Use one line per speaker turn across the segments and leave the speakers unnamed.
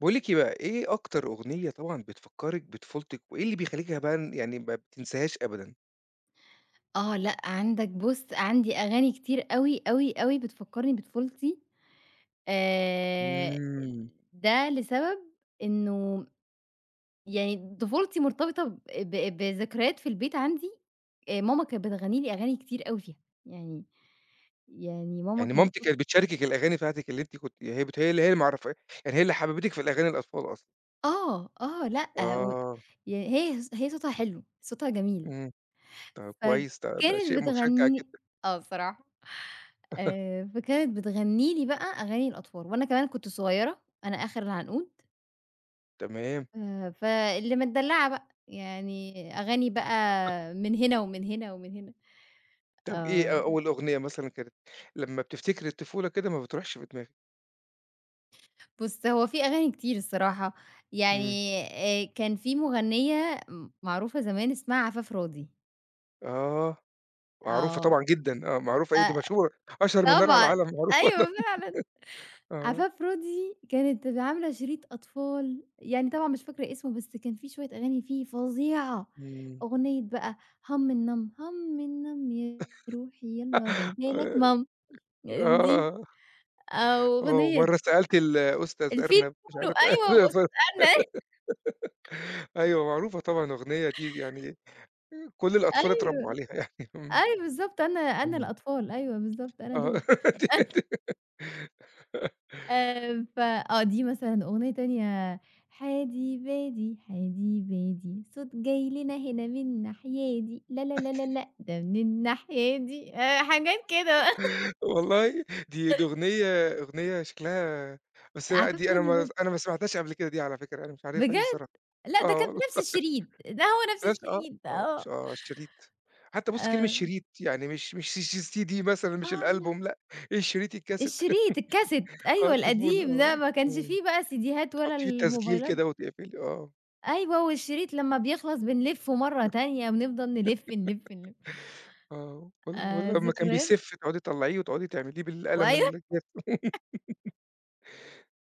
باقول لِك إيه بقى، إيه أكتر أغنية طبعًا بتفكّرِك بطفولتك، وإيه اللي بيخلّيكِ بقى ما بتنساهاش أبدًا؟
آه، لأ، عندك بُص، عندي أغاني كتير أوي، أوي، أوي بتفكّرني بطفولتي. آآ
إمم.
ده لسبب إنه يعني طفولتي مرتبطة ب ب بذكريات في البيت عندي. ماما كانت بتغني لي أغاني كتير أوي فيها، يعني ماما
يعني
كانت
مامتِك
بُص.
كانت بتشاركِك الأغاني بتاعتك اللي أنتِ كنتِ يعني هي اللي معرّفا، يعني هي اللي حببتِك في الأغاني الأطفال أصلًا.
آه، آه، لأ، و
آه.
يعني هي صوتها حلو، صوتها جميل،
إمم، طب كويس ده
فكانت
شيء مشجّع
بتغني.
جدًا.
آه، بصراحة. فكانت بتغني لي بقى أغاني الأطفال، وأنا كمان كنت صغيرة، أنا آخر العنقود.
تمام،
فاللي متدلعة بقى، يعني أغاني بقى من هنا ومن هنا ومن هنا.
طب إيه
آه،
أول أغنية مثلًا كانت لمّا بتفتكري الطفولة كده ما بتروحش من دماغِك؟
بُص هو في أغاني كتير الصراحة،
إمم،
يعني كان في مغنية معروفة زمان اسمها عفاف راضي.
آه، معروفة
آه،
طبعًا جدًا، آه معروفة، إيه دي
أ
مشهورة، أشهر من نار على
طبعًا،
العالم معروفة.
أيوه فعلًا.
آه،
عفافرودي كانت عاملة شريط أطفال، يعني طبعًا مش فاكرة اسمه بس كان في شوية أغاني فيه فظيعة.
إمم.
أغنية بقى هم النم، هم النم يا روحي يالّا جايبة لك
آآ
مام. دي
آه،
أو
آه،
أغنية
ومرّة سألت الأستاذ
الفيل
أرنب مش
بونو
عارف.
أيوه
ف
وأستاذ أنا.
أيوه معروفة طبعًا الأغنية دي، يعني كل الأطفال اتربّوا
أيوه،
عليها. يعني إمم.
أيوه بالضبط أنا
إمم.
الأطفال، أيوه بالضبط أنا
آه.
دول.
دي دي
ف آه، دي مثلًا أغنية تانية. حادي بادي حادي بادي صوت جاي لنا هنا من ناحيادي، لا، لا، لا، لا، لأ ده من الناحية دي. حاجات كده.
والله، دي أغنية، أغنية شكلها، بس لأ
عفاف
دي أنا
راضي
ما
برضه.
أنا ما سمعتهاش قبل كده دي على فكرة، أنا مش عارفها دي
بجد!
الصراحة.
لأ ده
آه
كان في
والله،
نفس الشريط، ده هو نفس
نفس آه،
الشريط.
آه،
آه،
آه الشريط. حتى بُص كلمة
آه،
شريط يعني مش س س CD مثلًا، مش
آه. لأ
الألبوم لأ، إيه الشريط الكاسيت.
الشريط الكاسيت،
آه
أيوه
الطفولة
القديم
آه.
ده، ما كانش في
إمم.
بقى سيديهات ولا
تحطيه بالتسجيل
الموبايلات.
كده وتقفلي آه،
أيوه والشريط لمّا بيخلص بنلفه مرة تانية، بنفضل نلف، نلف، نلف.
آه، والّا والّا لمّا كان
ذكريات.
بيسِف تقعدي تطلّعيه وتقعدي تعمليه بالقلم
وأي،
الجاف.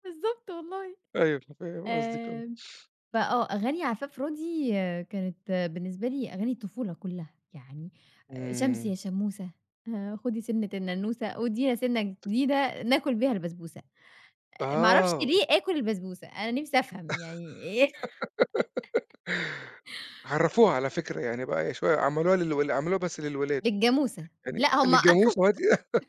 بالضبط والله.
أيوه فاهم قصدِك آه،
آآ، فآه، أغاني عفاف راضي كانت بالنسبة لي أغاني الطفولة كلّها، يعني شمسي
إمم،
يا شموسة، خدي سِنّة الننوسة، وادينا سِنّة جديدة ناكل بيها البسبوسة. ما أعرفش
آه،
ليه آكل البسبوسة، أنا نفسي أفهم يعني إيه.
عرّفوها على فكرة يعني بقى هي شوية عملوها اللي عملوها بس للولاد،
الجاموسة.
يعني
لأ هُم.
الجاموسة وهات.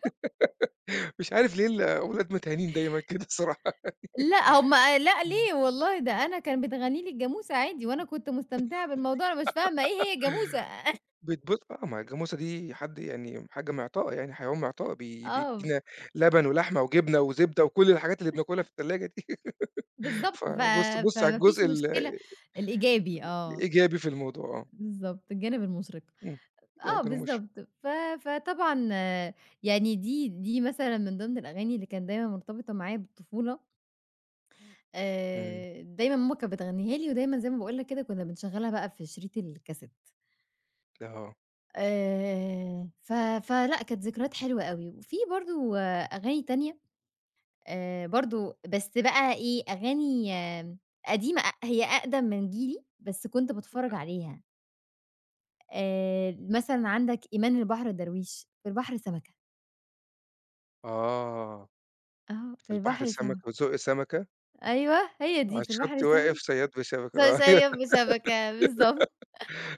مش عارف ليه الأولاد متهانين دايمًا كده الصراحة،
لأ هُم، لأ
إمم.
ليه والله، ده أنا كان بيتغني لي الجاموسة عادي، وأنا كنت مستمتعة بالموضوع، أنا مش فاهمة إيه هي الجاموسة.
بتبُص آه، ما هي الجاموسة دي حد، يعني حاجة معطاء، يعني حيوان معطاء
آه،
بيدّينا لبن ولحمة وجبنة وزبدة وكل الحاجات اللي بناكلها في التلاجة دي،
بالضبط.
بُص على
فما فيش
الجزء
مشكلة. الإيجابي آه.
الإيجابي في الموضوع آه،
بالضبط، الجانب المُشرِق.
إمم، آه
آه
كانوا مش،
بالضبط. فطبعًا آه، يعني دي مثلًا من ضمن الأغاني اللي كانت دايمًا مرتبطة معايا بالطفولة.
إمم،
دايمًا ماما كانت بتغنيها لي، ودايمًا زي ما باقول لك كده كنا بنشغّلها بقى في شريط الكاسيت.
آه،
ف فلأ، كانت ذكريات حلوة أوي. وفي برضه أغاني تانية برضه، بس بقى إيه، أغاني آه، قديمة، هي أقدم من جيلي، بس كنت باتفرّج عليها. مثلًا عندك إيمان البحر درويش، في البحر سمكة.
آه،
آه.
في
في
البحر
البحر سمكة.
سمكة وزق سمكة،
أيوه هي
على
دي، في البحر
الشط واقف
سمكة
صياد بشبكة آه، أيوه
بشبكة، بالضبط.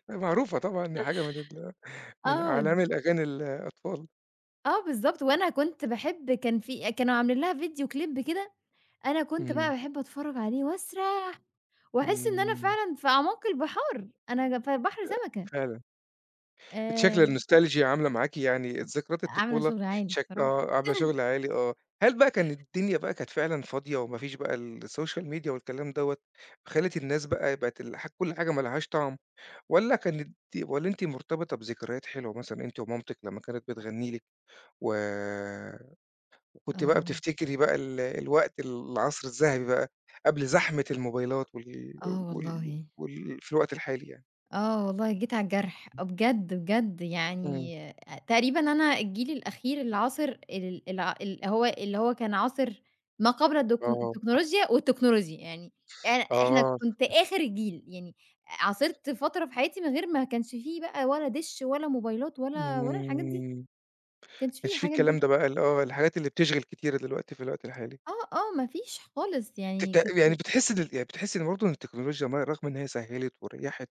معروفة طبعًا دي حاجة من
آه،
أعلام الأغاني الأطفال،
آه بالضبط، وأنا كنت باحب كان في، كانوا عاملين لها فيديو كليب كده، أنا كنت بقى
إمم،
باحب أتفرّج عليه واسرح، وأحس إن أنا
إمم،
فعلًا في أعماق البحار، أنا في بحر سمكة.
فعلًا. أنتِ شكل
آآ
النوستالجيا عاملة معاكِ يعني ذكريات
عاملة
الطفولة،
شغل عالي الصراحة،
آه، عاملة شغل عالي آه، هل بقى كان الدنيا بقى كانت فعلًا فاضية وما فيش بقى السوشيال ميديا والكلام دوّة، خلِّت الناس بقى بقت كل حاجة ما لهاش طعم؟ والّا كانت، والّا أنتِ مرتبطة بذكريات حلوة مثلًا أنتِ ومامتِك لمّا كانت بتغني لِك، وكنتِ بقى
آه،
بتفتكري بقى الوقت العصر الذهبي بقى، قبل زحمة الموبايلات وال
آه والله.
وال وال في الوقت الحالي يعني؟
آه والله جيت على الجرح، بجد، بجد
إمم،
يعني آه، تقريبًا أنا الجيل الأخير اللي عاصر ال الع اللي هو كان عاصر ما قبل
آه،
التكنولوجيا والتكنولوجيا، يعني إحنا
آه.
كنت آخر الجيل، يعني عاصرت فترة في حياتي من غير ما كانش في بقى، ولا دِش ولا موبايلات ولا الحاجات دي.
إمم،
ما
ما
كانش في
كانش في
الحاجات
الكلام
دي.
ده بقى آه، الحاجات اللي بتشغِل كتير دلوقتي في الوقت الحالي.
آه، آه، ما فيش خالص، يعني كانت
يعني
كل.
بتحسّي إن يعني بتحسّي إن برضه إن التكنولوجيا رغم إن هي سهّلت وريّحت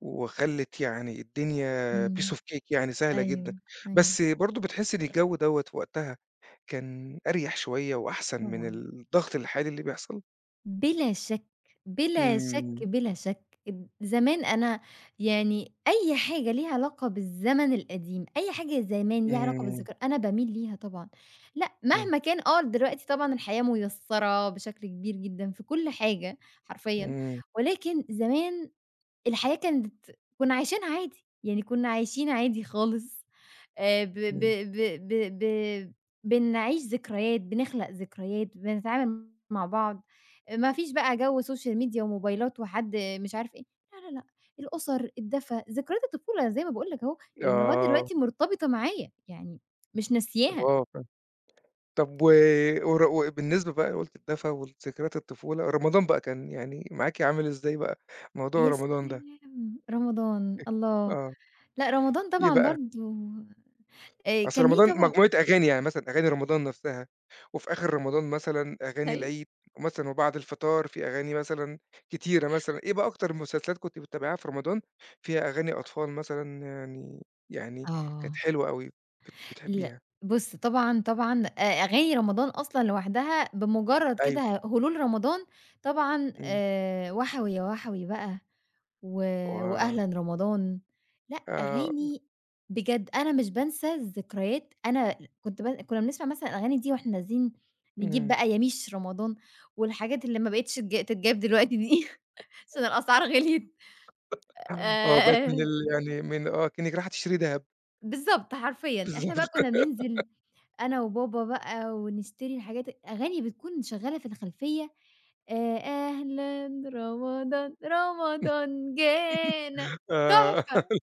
وخلّت يعني الدنيا piece
إمم،
of cake، يعني سهلة جدًا،
أيوه، أيوه،
بس برضه بتحسّي إن الجو دوّة في وقتها كان أريح شوية وأحسن من
طبعًا.
الضغط الحالي اللي بيحصل؟
بلا شك، بلا شك،
إمم،
بلا شك. اد زمان أنا يعني أي حاجة ليها علاقة بالزمن القديم، أي حاجة زمان ليها علاقة
إمم،
بالذكريا، أنا باميل ليها طبعًا. لأ،
إمم،
مهما كان آه، دلوقتي طبعًا الحياة ميسّرة بشكل كبير جدًا في كل حاجة حرفيًا،
إمم،
ولكن زمان الحياة كانت، كنا عايشينها عادي، يعني كنا عايشين عادي خالص. ب ب
إمم،
ب ب ب بنعيش ذكريات، بنخلق ذكريات، بنتعامل مع بعض، ما فيش بقى جو social media وموبايلات وحد مش عارف إيه، لا، لا، لأ. الأُسَر، الدفى، ذكريات الطفولة، زي ما باقول لك أهو، يعني لغاية
آه،
دلوقتي مرتبطة معايا، يعني مش
طب
ناسياها.
آه فاهم. طب و ور وبالنسبة بقى قُلتِ الدفا وذكريات الطفولة، رمضان بقى كان يعني معاكِ عامل إزاي بقى موضوع
يا
رمضان ده؟
سلام! رمضان، الله!
آه،
لأ، رمضان
إيه
طبعًا
بقى؟
برضه
أصل
كان ليه
رمضان
طبعًا.
مجموعة أغاني، يعني مثلًا أغاني رمضان نفسها، وفي آخر رمضان مثلًا أغاني
أيوه.
العيد، ومثلًا وبعد الفطار في أغاني مثلًا كتيرة مثلًا، إيه بقى أكتر مسلسلات كنتِ بتتابعيها في رمضان فيها أغاني أطفال مثلًا، يعني يعني كانت
آه.
حلوة أوي،
لأ،
بتحبيها؟
بُص طبعًا، طبعًا أغاني رمضان أصلًا لوحدها بمجرد
أيوه،
كده هلول رمضان طبعًا.
إمم،
وَحَوي يا وَحَوي بقى، و
و
وأهلًا رمضان. لأ
آه،
أغاني بجد، أنا مش بانسى الذكريات، أنا كنت ب كنا بنسمع مثلًا الأغاني دي وإحنا نازلين نجيب
إمم،
بقى ياميش رمضان، والحاجات اللي ما بقتش تتجاب دلوقتي دي. عشان الأسعار غليت.
آه بقت من
آآ
ال يعني من آه، كأنِّك رايحة تشتري دهب،
بالضبط، حرفيًا. إحنا بقى كُنّا
بالضبط،
بننزل أنا وبابا بقى ونشتري الحاجات، أغاني بتكون شغّالة في الخلفية. أهلًا رمضان، رمضان جانا،
آه.
تحفة،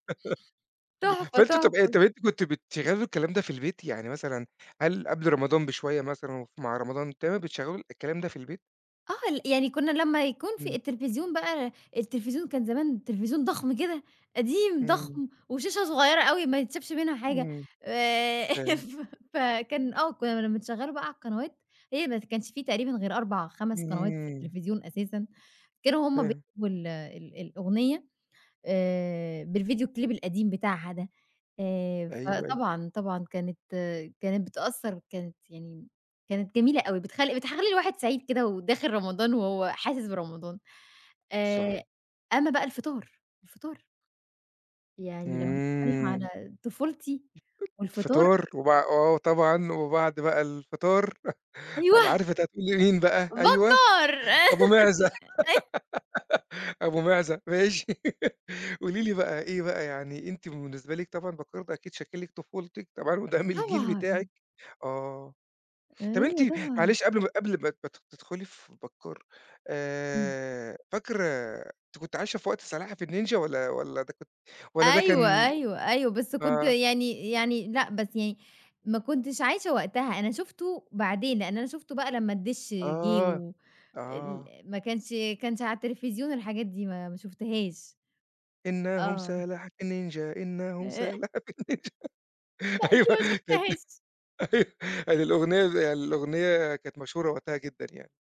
تحفة،
فأنتم طب إيه،
تحفة.
طب أنتم كنتم بتشغّلوا الكلام ده في البيت؟ يعني مثلًا هل قبل رمضان بشوية مثلًا مع رمضان تمام بتشغّلوا الكلام ده في البيت؟
آه، يعني كُنّا لمّا يكون في
إمم،
التلفزيون بقى، التلفزيون كان زمان تلفزيون ضخم كده، قديم
إمم،
ضخم وشاشة صغيّرة أوي ما يتشافش منها حاجة.
إمم،
آآ،
فاهم،
ف فكان آه، كُنّا لمّا تشغّلوا بقى على القنوات، هي ما كانش في تقريبًا غير 4، 5 قنوات في
إمم،
التلفزيون أساسًا، كانوا هُم
فاهم،
بيجيبوا ال ال الأغنية بالفيديو كليب القديم بتاعها ده.
أيوه، أيوه،
فطبعًا، طبعًا كانت بتأثّر، كانت يعني كانت جميلة أوي، بتخلّي الواحد سعيد كده وداخل رمضان وهو حاسس برمضان. آآ
صح،
أمّا بقى الفطار، الفطار يعني لو هنتكلّم
إمم،
على طفولتي والفطار،
فطار وبع آه طبعًا، وبعد بقى الفطار. أنا
أيوه،
عارف أنت هتقول لي مين بقى، أيوه،
بكّار
أبو معزة، أبو معزة ماشي. قولي لي بقى إيه بقى، يعني أنتِ بالنسبة لِك طبعًا بكّار ده أكيد شكِّل لِك طفولتِك طبعًا وده من الجيل
طبعًا،
بتاعِك آه. طب أنتِ
أيوه طبعًا.
معلش قبل ما تدخلي في بكّار،
إمم.
فاكرة أنتِ كنتِ عايشة في وقت سلاحف النينجا والّا ده كنت، والّا ده
أيوه،
كان
أيوه، أيوه، بس كنت
آه،
يعني لأ، بس يعني ما كنتش عايشة وقتها، أنا شُفته بعدين، لإن أنا شُفته بقى لمّا الدِش جِه
آه،
و ال
آه،
ما كانش، على التلفزيون الحاجات دي ما شُفتهاش.
إنهم
آه.
سلاحف النينجا، إنهم سلاحف النينجا.
لأ، دي ما
أيوه كانت.
شُفتهاش.
أيوه يعني الأغنية دي، يعني الأغنية كانت مشهورة وقتها جدًا يعني،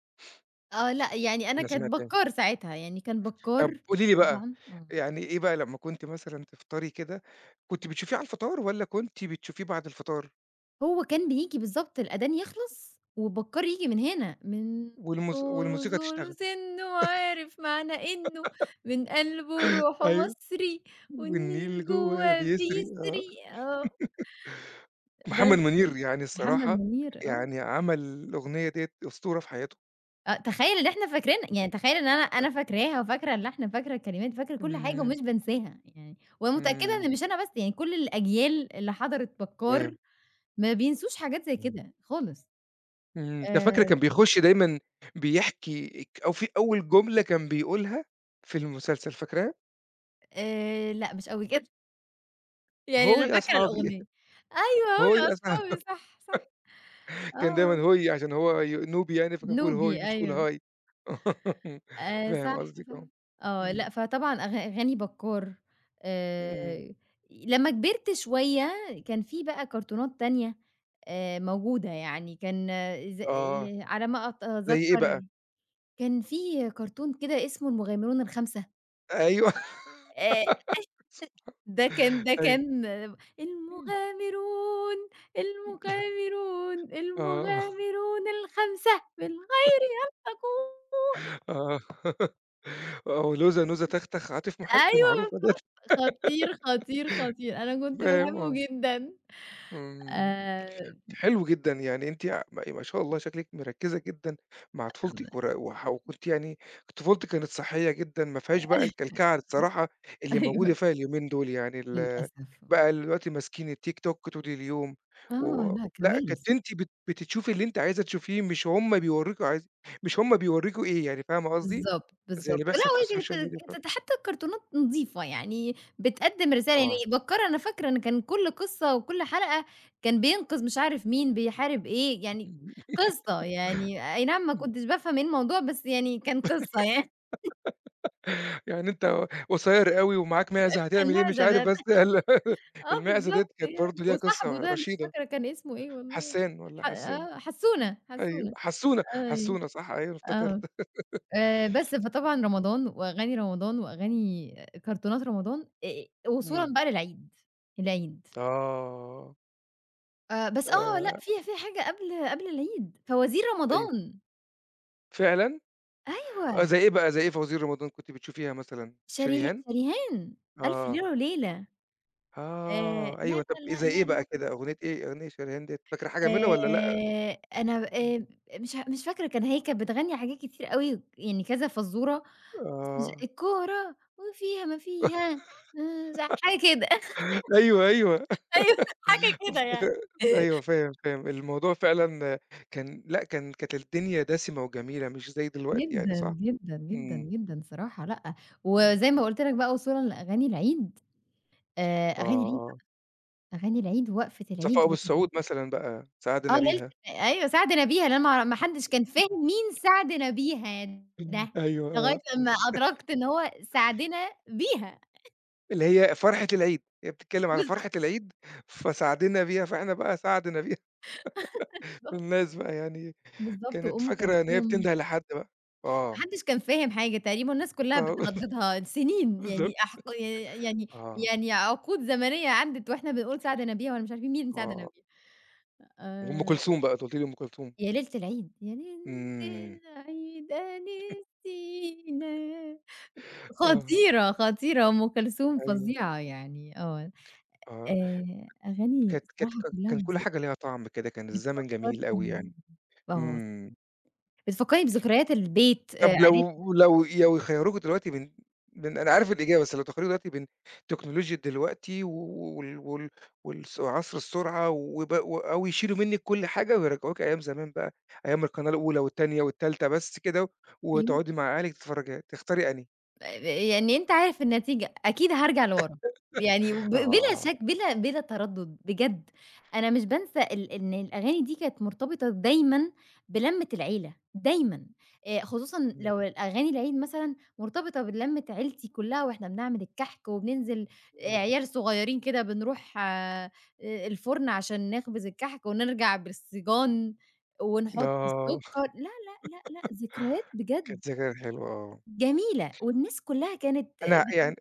آه، لأ، يعني أنا
أنا
كانت
سمعتها.
بكّار ساعتها، يعني كان
طب
بكّار
قولي لي بقى،
طبعًا. آه.
يعني إيه بقى لمّا كنتِ مثلًا تفطري كده، كنتِ بتشوفيه على الفطار والّا كنتِ بتشوفيه بعد الفطار،
هو كان بييجي بالضبط الأذان يخلص وبكّار ييجي من هنا، من زوروا
والموسيقى
زوروا
تشتغل؟
سِنّه وعارف معنى إنّه، من قلبه روحه
أيوه.
مصري والنيل
والنيل جوّه
جوّاه
بيسري آه.
بيسري، آه،
محمد
بس
منير يعني
محمد
الصراحة
منير آه،
يعني عمل الأغنية ديّة أسطورة في حياته.
تخيّل إن إحنا فاكرين يعني تخيّل إن أنا فاكراها، وفاكرة اللحن، فاكرة الكلمات، فاكرة كل حاجة
إمم.
ومش بانساها يعني، ومتأكدة
إمم.
إن مش أنا بس، يعني كل الأجيال اللي حضرت بكّار
فاهم.
ما بينسوش حاجات زي
إمم.
كده خالص.
إمم. أنت فاكر
آآ
كان بيخُش دايمًا بيحكي اك أو في أول جملة كان بيقولها في المسلسل فاكرها؟
لأ مش أوي كده. يعني
هوي
أنا
يا
فاكرة
أصحابي،
الأغنية. أيوه،
هوي
هم
يا
أصحابي،
أصحابي.
صح، صح.
كان
آه،
دايمًا هوي عشان هو نوبي، يعني فكان بيقول هوي
نوبي
مش يقول
أيوه.
هاي. فاهم
صح،
قصدِك
صح.
آه.
آه،
إمم.
لأ فطبعًا أغاني بكّار.
إمم.
آآ، لمّا كبرت شوية كان في بقى كرتونات تانية موجودة، يعني كان ز
آه.
ي على ما
زي إيه بقى؟
أتذكر، كان في كرتون كده اسمه المغامرون الخمسة.
أيوه.
آآ ده
أيوه.
كان
إمم.
المغامرون،
آه.
المغامرون الخمسة من غير أن أكون.
آه. آه، "لوزة نوزة تختخ عاطف مُحب"
أيوه
معروفة ديّة،
بالضبط، خطير، خطير، خطير، أنا كنت
فاهم
باحبه
آه،
جدًا.
إمم،
آآ
حلو جدًا، يعني أنتِ ما ما شاء الله شكلِك مركّزة جدًا مع طفولتِك ور وح وكنتِ يعني طفولتِك كانت صحية جدًا، ما فيهاش بقى الكلكعة الصراحة اللي
أيوه.
موجودة فيها اليومين دول، يعني
للأسف آه.
بقى دلوقتي ماسكين التيك توك طول اليوم
آه،
و،
لأ
لأ،
كوارث.
كنتِ أنتِ بتشوفي اللي أنتِ عايزة تشوفيه، مش هُم بيورّيكوا عايز، مش هُم بيورّيكوا إيه يعني، فاهمة قصدي؟
بالضبط،
زي
بالضبط.
اللي
لأ،
بيحصل في
وهي
السوشيال
كانت،
ميديا
حتى الكرتونات نضيفة، يعني بتقدّم رسالة، يعني
آه.
بكّار أنا فاكرة إن كان كل قصة وكل حلقة كان بينقذ مش عارف مين، بيحارب إيه، يعني قصة، يعني أي نعم ما
إمم.
كنتش بافهم إيه الموضوع، بس يعني كان قصة يعني.
يعني أنت قصيّر أوي ومعاك معزة هتعمل إيه مش
المعزة
عارف
بقى،
بس
آه
المعزة
بالضبط
ديّة كانت
يعني،
برضه ليها
وصاحبه
قصّة
ده مش
رشيدة،
فاكرة كان اسمه إيه والله،
حسّان والّا حسّان؟
آه، حسّونة،
أيوه
حسّونة.
حسّونة،
أيوه،
حسّونة صح أيوه افتكرت.
آه. بس، فطبعًا رمضان وأغاني رمضان وأغاني كرتونات رمضان، وصولًا
إمم.
بقى للعيد. العيد.
آه.
بس آه،
آآ
لأ فيها، حاجة قبل العيد، فوازير
أيوه.
رمضان،
فعلًا؟ آه
أيوه،
زي إيه بقى، زي إيه فوازير رمضان كنتِ بتشوفيها مثلًا؟ شريهان؟
شريهان، ألف
آه.
ليلة وليلة.
آه.
لا،
أيوه طب
لا،
إيه
لا،
زي إيه
لا،
بقى
لا،
كده، أغنية إيه، أغنية شريهان ديّة، فاكرة حاجة منها والّا لأ؟
أنا ب
إمم.
مش فاكرة كان، هي كانت بتغني حاجات كتير أوي، يعني كذا فزورة، بس مش
آه.
الكورة وفيها ما فيها، ز حاجة كده.
أيوه، أيوه.
أيوه حاجة كده يعني.
افتك أيوه فاهم، فاهم. الموضوع فعلًا كان، لأ، كان كانت الدنيا دسمة وجميلة مش زي دلوقتي يعني صح؟
جدًا، جدًا، جدًا،
إمم،
جدًا صراحة لأ،
إمم.
وزي ما قُلت لك بقى وصولًا لأغاني العيد.
آه،
أغاني العيد بقى،
آه.
أغاني العيد ووقفة
صفاء
العيد
أبو السعود مثلًا بقى،
آه
سعدنا
ليلة،
بيها.
أيوه سعد نبيهة، اللي أنا ما ما حدش كان فاهم مين سعد نبيهة ده،
أيوه
لغاية
آه.
لمّا أدركت إن هو سعدنا بيها.
اللي هي فرحة العيد، هي بتتكلم على فرحة العيد، فسعدنا بيها، فإحنا بقى سعدنا بيها.
بالضبط،
الناس بقى يعني
بالضبط،
كانت
وأم
فاكرة إن هي
كلثوم،
بتنده لحد بقى.
ما
آه،
حدش كان فاهم حاجة تقريبًا، الناس كلها
آه.
بترددها سنين يعني
بالضبط.
أحق، يعني
آه،
عقود زمنية عدِّت وإحنا بنقول سعد نبيهة وأنا مش عارفين مين سعد
آه.
نبيهة.
وأم
آآ
كلثوم بقى، أنتِ قُلتِ لي أم كلثوم.
يا ليلة العيد، يا ليلة
إمم.
العيد أنستينا،
آه.
خطيرة، خطيرة، أم كلثوم
أيوه،
فظيعة يعني آه.
آه.
أغاني
كانت كانت
الصراحة
ك
كلّها
كان كل حاجة ليها طعم كده، كان الزمن جميل أوي
بتفكّرني،
يعني.
آه،
إمم.
بتفكّرني بذكريات البيت،
طب لو
عيلتنا.
لو لو يخيّروكوا دلوقتي بين، أنا عارف الإجابة، بس لو تخيّروكوا دلوقتي بين تكنولوجيا دلوقتي وال وال والس وعصر السرعة وب و أو يشيلوا منِّك كل حاجة ويرجّعوكِ أيام زمان بقى، أيام القناة الأولى والتانية والتالتة بس كده
أيوه.
وتقعدي مع أهلِك تتفرّجي، تختاري أنهي؟
يعني أنت عارف النتيجة، أكيد هارجع لورا، يعني بلا
آه.
شك، بلا تردد بجد. أنا مش بانسى إن الأغاني دي كانت مرتبطة دايمًا بلمّة العيلة، دايمًا. خصوصًا
إمم.
لو الأغاني العيد مثلًا مرتبطة بلمّة عيلتي كلّها وإحنا بنعمل الكحك وبننزل،
إمم.
عيال صغيرين كده بنروح الفرن عشان نخبز الكحك ونرجع بالسيجان ونحط
آه.
السكر، لا، لا، لأ، لأ، ذكريات بجد.
كانت ذكريات حلوة آه.
جميلة، والناس كلّها كانت
أنا
بت
يعني،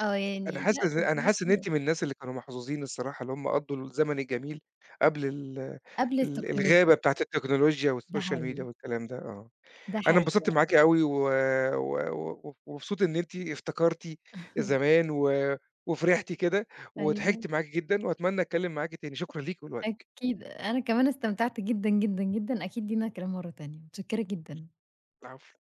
آه،
أنا
يعني لأ
حاسس
كانت
أنا
بتجيب
حاسس إن
حلوة.
أنتِ من الناس اللي كانوا محظوظين الصراحة، اللي هم قضّوا الزمن الجميل قبل ال
قبل
ال
التكنولوجيا،
الغابة بتاعة التكنولوجيا
ده
والسوشيال ميديا
حقيقي،
والكلام ده، آه.
ده
أنا
حقيقي.
انبسطت معاكِ أوي و و و ومبسوط إن أنتِ افتكرتِ زمان وفرحتِ كده،
أيوه،
وضحكت معاكِ جدًا، وأتمنى أتكلم معاكِ تاني، شكرًا ليكِ ولوقتِك.
أكيد أنا كمان استمتعت جدًا، جدًا، جدًا، أكيد لينا كلام مرّة تانية، متشكرة جدًا.
العفو.